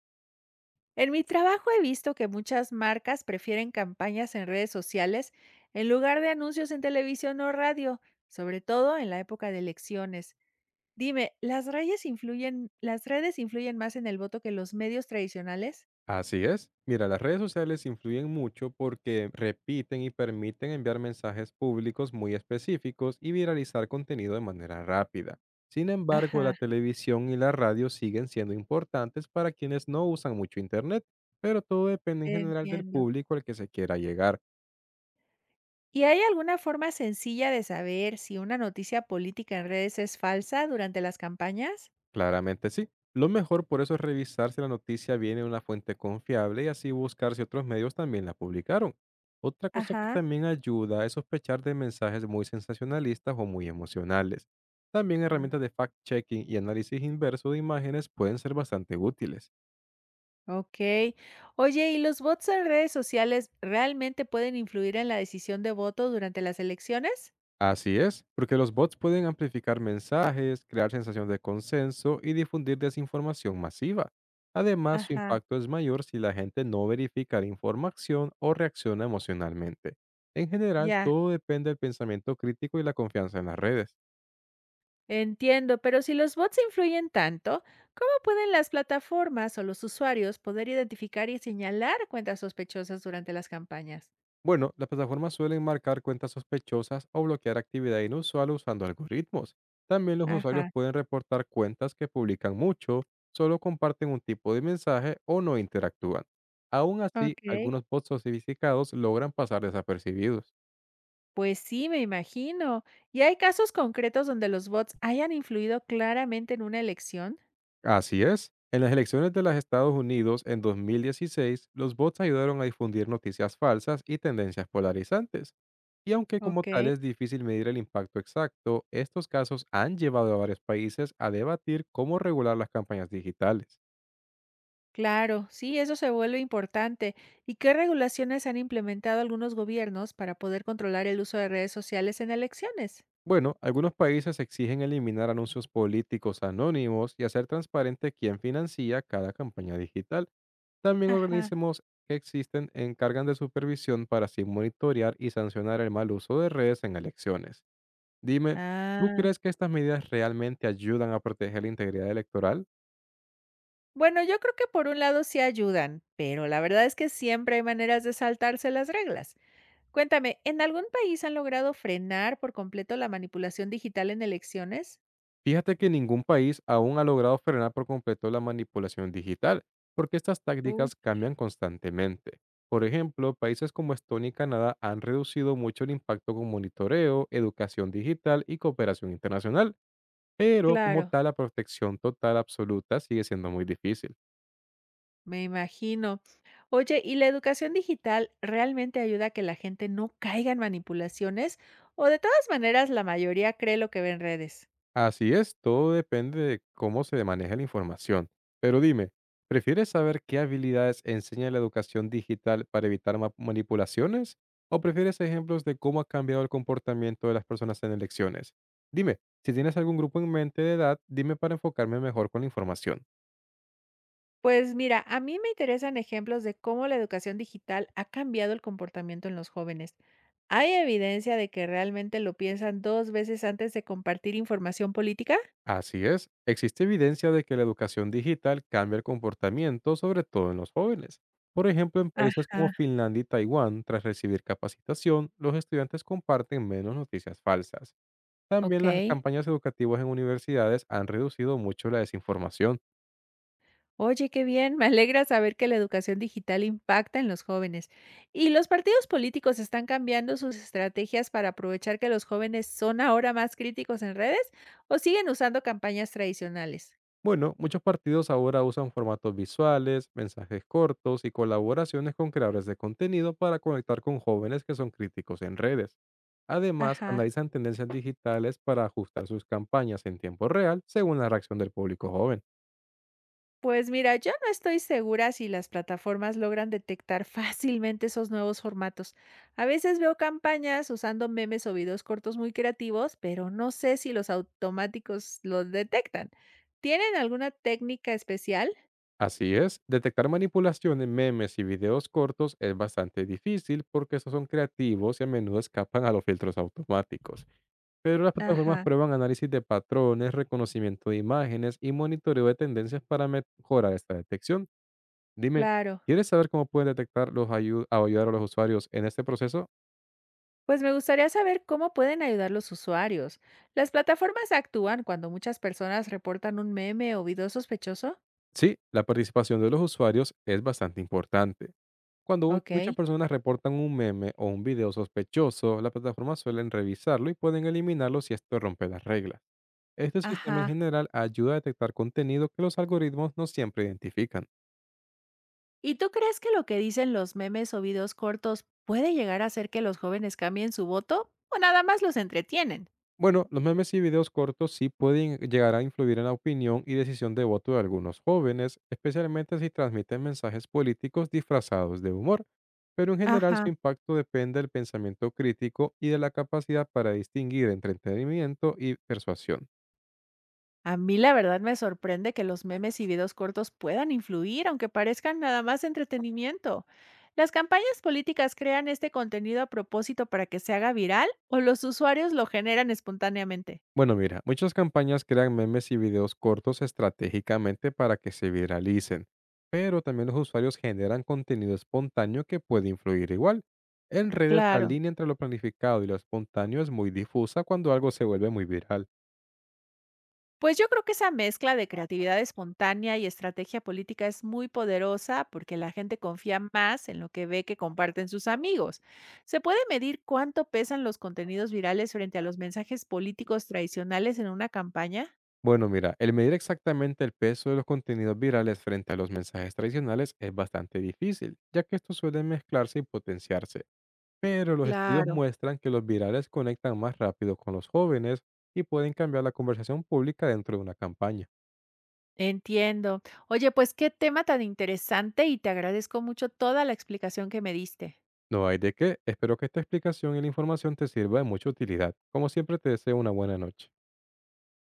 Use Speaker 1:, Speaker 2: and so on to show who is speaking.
Speaker 1: En mi trabajo he visto que muchas marcas prefieren campañas en redes sociales en lugar de anuncios en televisión o radio, sobre todo en la época de elecciones. Dime, ¿las redes influyen más en el voto que los medios tradicionales?
Speaker 2: Así es. Mira, las redes sociales influyen mucho porque repiten y permiten enviar mensajes públicos muy específicos y viralizar contenido de manera rápida. Sin embargo,
Speaker 1: Ajá,
Speaker 2: la televisión y la radio siguen siendo importantes para quienes no usan mucho Internet, pero todo depende en general del
Speaker 1: entiendo.
Speaker 2: público al que se quiera llegar.
Speaker 1: ¿Y hay alguna forma sencilla de saber si una noticia política en redes es falsa durante las campañas?
Speaker 2: Claramente sí. Lo mejor por eso es revisar si la noticia viene de una fuente confiable y así buscar si otros medios también la publicaron. Otra cosa que
Speaker 1: Ajá.
Speaker 2: también ayuda es sospechar de mensajes muy sensacionalistas o muy emocionales. También herramientas de fact-checking y análisis inverso de imágenes pueden ser bastante útiles.
Speaker 1: Ok. Oye, ¿y los bots en redes sociales realmente pueden influir en la decisión de voto durante las elecciones?
Speaker 2: Así es, porque los bots pueden amplificar mensajes, crear sensación de consenso y difundir desinformación masiva. Además, su
Speaker 1: Ajá,
Speaker 2: impacto es mayor si la gente no verifica la información o reacciona emocionalmente. En general,
Speaker 1: ya.
Speaker 2: todo depende del pensamiento crítico y la confianza en las redes.
Speaker 1: Entiendo, pero si los bots influyen tanto, ¿cómo pueden las plataformas o los usuarios poder identificar y señalar cuentas sospechosas durante las campañas?
Speaker 2: Bueno, las plataformas suelen marcar cuentas sospechosas o bloquear actividad inusual usando algoritmos. También los usuarios
Speaker 1: Ajá,
Speaker 2: pueden reportar cuentas que publican mucho, solo comparten un tipo de mensaje o no interactúan. Aún así,
Speaker 1: ok.
Speaker 2: algunos bots sofisticados logran pasar desapercibidos.
Speaker 1: Pues sí, me imagino. ¿Y hay casos concretos donde los bots hayan influido claramente en una elección?
Speaker 2: Así es. En las elecciones de los Estados Unidos en 2016, los bots ayudaron a difundir noticias falsas y tendencias polarizantes. Y aunque como tal
Speaker 1: Ok.
Speaker 2: es difícil medir el impacto exacto, estos casos han llevado a varios países a debatir cómo regular las campañas digitales.
Speaker 1: Claro, sí, eso se vuelve importante. ¿Y qué regulaciones han implementado algunos gobiernos para poder controlar el uso de redes sociales en elecciones?
Speaker 2: Bueno, algunos países exigen eliminar anuncios políticos anónimos y hacer transparente quién financia cada campaña digital. También
Speaker 1: Ajá.
Speaker 2: organismos que existen encargan de supervisión para así monitorear y sancionar el mal uso de redes en elecciones. Dime, ¿tú
Speaker 1: Ah,
Speaker 2: crees que estas medidas realmente ayudan a proteger la integridad electoral?
Speaker 1: bueno, yo creo que por un lado sí ayudan, pero la verdad es que siempre hay maneras de saltarse las reglas. Cuéntame, ¿en algún país han logrado frenar por completo la manipulación digital en elecciones?
Speaker 2: Fíjate que ningún país aún ha logrado frenar por completo la manipulación digital, porque estas
Speaker 1: Uh,
Speaker 2: tácticas cambian constantemente. Por ejemplo, países como Estonia y Canadá han reducido mucho el impacto con monitoreo, educación digital y cooperación internacional. Pero como
Speaker 1: Claro.
Speaker 2: tal, la protección total absoluta sigue siendo muy difícil.
Speaker 1: Me imagino. Oye, ¿y la educación digital realmente ayuda a que la gente no caiga en manipulaciones? ¿O de todas maneras la mayoría cree lo que ve en redes?
Speaker 2: Así es, todo depende de cómo se maneja la información. Pero dime, ¿prefieres saber qué habilidades enseña la educación digital para evitar manipulaciones? ¿O prefieres ejemplos de cómo ha cambiado el comportamiento de las personas en elecciones? Dime, si tienes algún grupo en mente de edad, dime para enfocarme mejor con la información.
Speaker 1: Pues mira, a mí me interesan ejemplos de cómo la educación digital ha cambiado el comportamiento en los jóvenes. ¿Hay evidencia de que realmente lo piensan dos veces antes de compartir información política?
Speaker 2: Así es, existe evidencia de que la educación digital cambia el comportamiento, sobre todo en los jóvenes. Por ejemplo, en países como
Speaker 1: Ajá,
Speaker 2: Finlandia y Taiwán, tras recibir capacitación, los estudiantes comparten menos noticias falsas.
Speaker 1: ok.
Speaker 2: También las campañas educativas en universidades han reducido mucho la desinformación.
Speaker 1: Oye, qué bien, me alegra saber que la educación digital impacta en los jóvenes. ¿Y los partidos políticos están cambiando sus estrategias para aprovechar que los jóvenes son ahora más críticos en redes o siguen usando campañas tradicionales?
Speaker 2: Bueno, muchos partidos ahora usan formatos visuales, mensajes cortos y colaboraciones con creadores de contenido para conectar con jóvenes que son críticos en redes. Además,
Speaker 1: Ajá.
Speaker 2: analizan tendencias digitales para ajustar sus campañas en tiempo real según la reacción del público joven.
Speaker 1: Pues mira, yo no estoy segura si las plataformas logran detectar fácilmente esos nuevos formatos. A veces veo campañas usando memes o videos cortos muy creativos, pero no sé si los automáticos los detectan. ¿Tienen alguna técnica especial?
Speaker 2: Así es, detectar manipulación en memes y videos cortos es bastante difícil porque estos son creativos y a menudo escapan a los filtros automáticos. Pero las plataformas
Speaker 1: Ajá.
Speaker 2: prueban análisis de patrones, reconocimiento de imágenes y monitoreo de tendencias para mejorar esta detección. Dime,
Speaker 1: Claro.
Speaker 2: ¿quieres saber cómo pueden detectar los ayu- o ayudar a los usuarios en este proceso?
Speaker 1: Pues me gustaría saber cómo pueden ayudar los usuarios. ¿Las plataformas actúan cuando muchas personas reportan un meme o video sospechoso?
Speaker 2: Sí, la participación de los usuarios es bastante importante. Cuando
Speaker 1: Ok.
Speaker 2: muchas personas reportan un meme o un video sospechoso, las plataformas suelen revisarlo y pueden eliminarlo si esto rompe las reglas. Este sistema en
Speaker 1: Ajá.
Speaker 2: general ayuda a detectar contenido que los algoritmos no siempre identifican.
Speaker 1: ¿Y tú crees que lo que dicen los memes o videos cortos puede llegar a hacer que los jóvenes cambien su voto o nada más los entretienen?
Speaker 2: Bueno, los memes y videos cortos sí pueden llegar a influir en la opinión y decisión de voto de algunos jóvenes, especialmente si transmiten mensajes políticos disfrazados de humor, pero en general su
Speaker 1: Ajá.
Speaker 2: impacto depende del pensamiento crítico y de la capacidad para distinguir entre entretenimiento y persuasión.
Speaker 1: A mí la verdad me sorprende que los memes y videos cortos puedan influir, aunque parezcan nada más entretenimiento. ¿Las campañas políticas crean este contenido a propósito para que se haga viral o los usuarios lo generan espontáneamente?
Speaker 2: Bueno, mira, muchas campañas crean memes y videos cortos estratégicamente para que se viralicen, pero también los usuarios generan contenido espontáneo que puede influir igual. En redes, la
Speaker 1: Claro.
Speaker 2: línea entre lo planificado y lo espontáneo es muy difusa cuando algo se vuelve muy viral.
Speaker 1: Pues yo creo que esa mezcla de creatividad espontánea y estrategia política es muy poderosa porque la gente confía más en lo que ve que comparten sus amigos. ¿Se puede medir cuánto pesan los contenidos virales frente a los mensajes políticos tradicionales en una campaña?
Speaker 2: Bueno, mira, el medir exactamente el peso de los contenidos virales frente a los mensajes tradicionales es bastante difícil, ya que estos suelen mezclarse y potenciarse. Pero los estudios
Speaker 1: Claro.
Speaker 2: muestran que los virales conectan más rápido con los jóvenes y pueden cambiar la conversación pública dentro de una campaña.
Speaker 1: Entiendo. Oye, pues qué tema tan interesante y te agradezco mucho toda la explicación que me diste.
Speaker 2: No hay de qué, espero que esta explicación y la información te sirva de mucha utilidad. Como siempre te deseo una buena noche.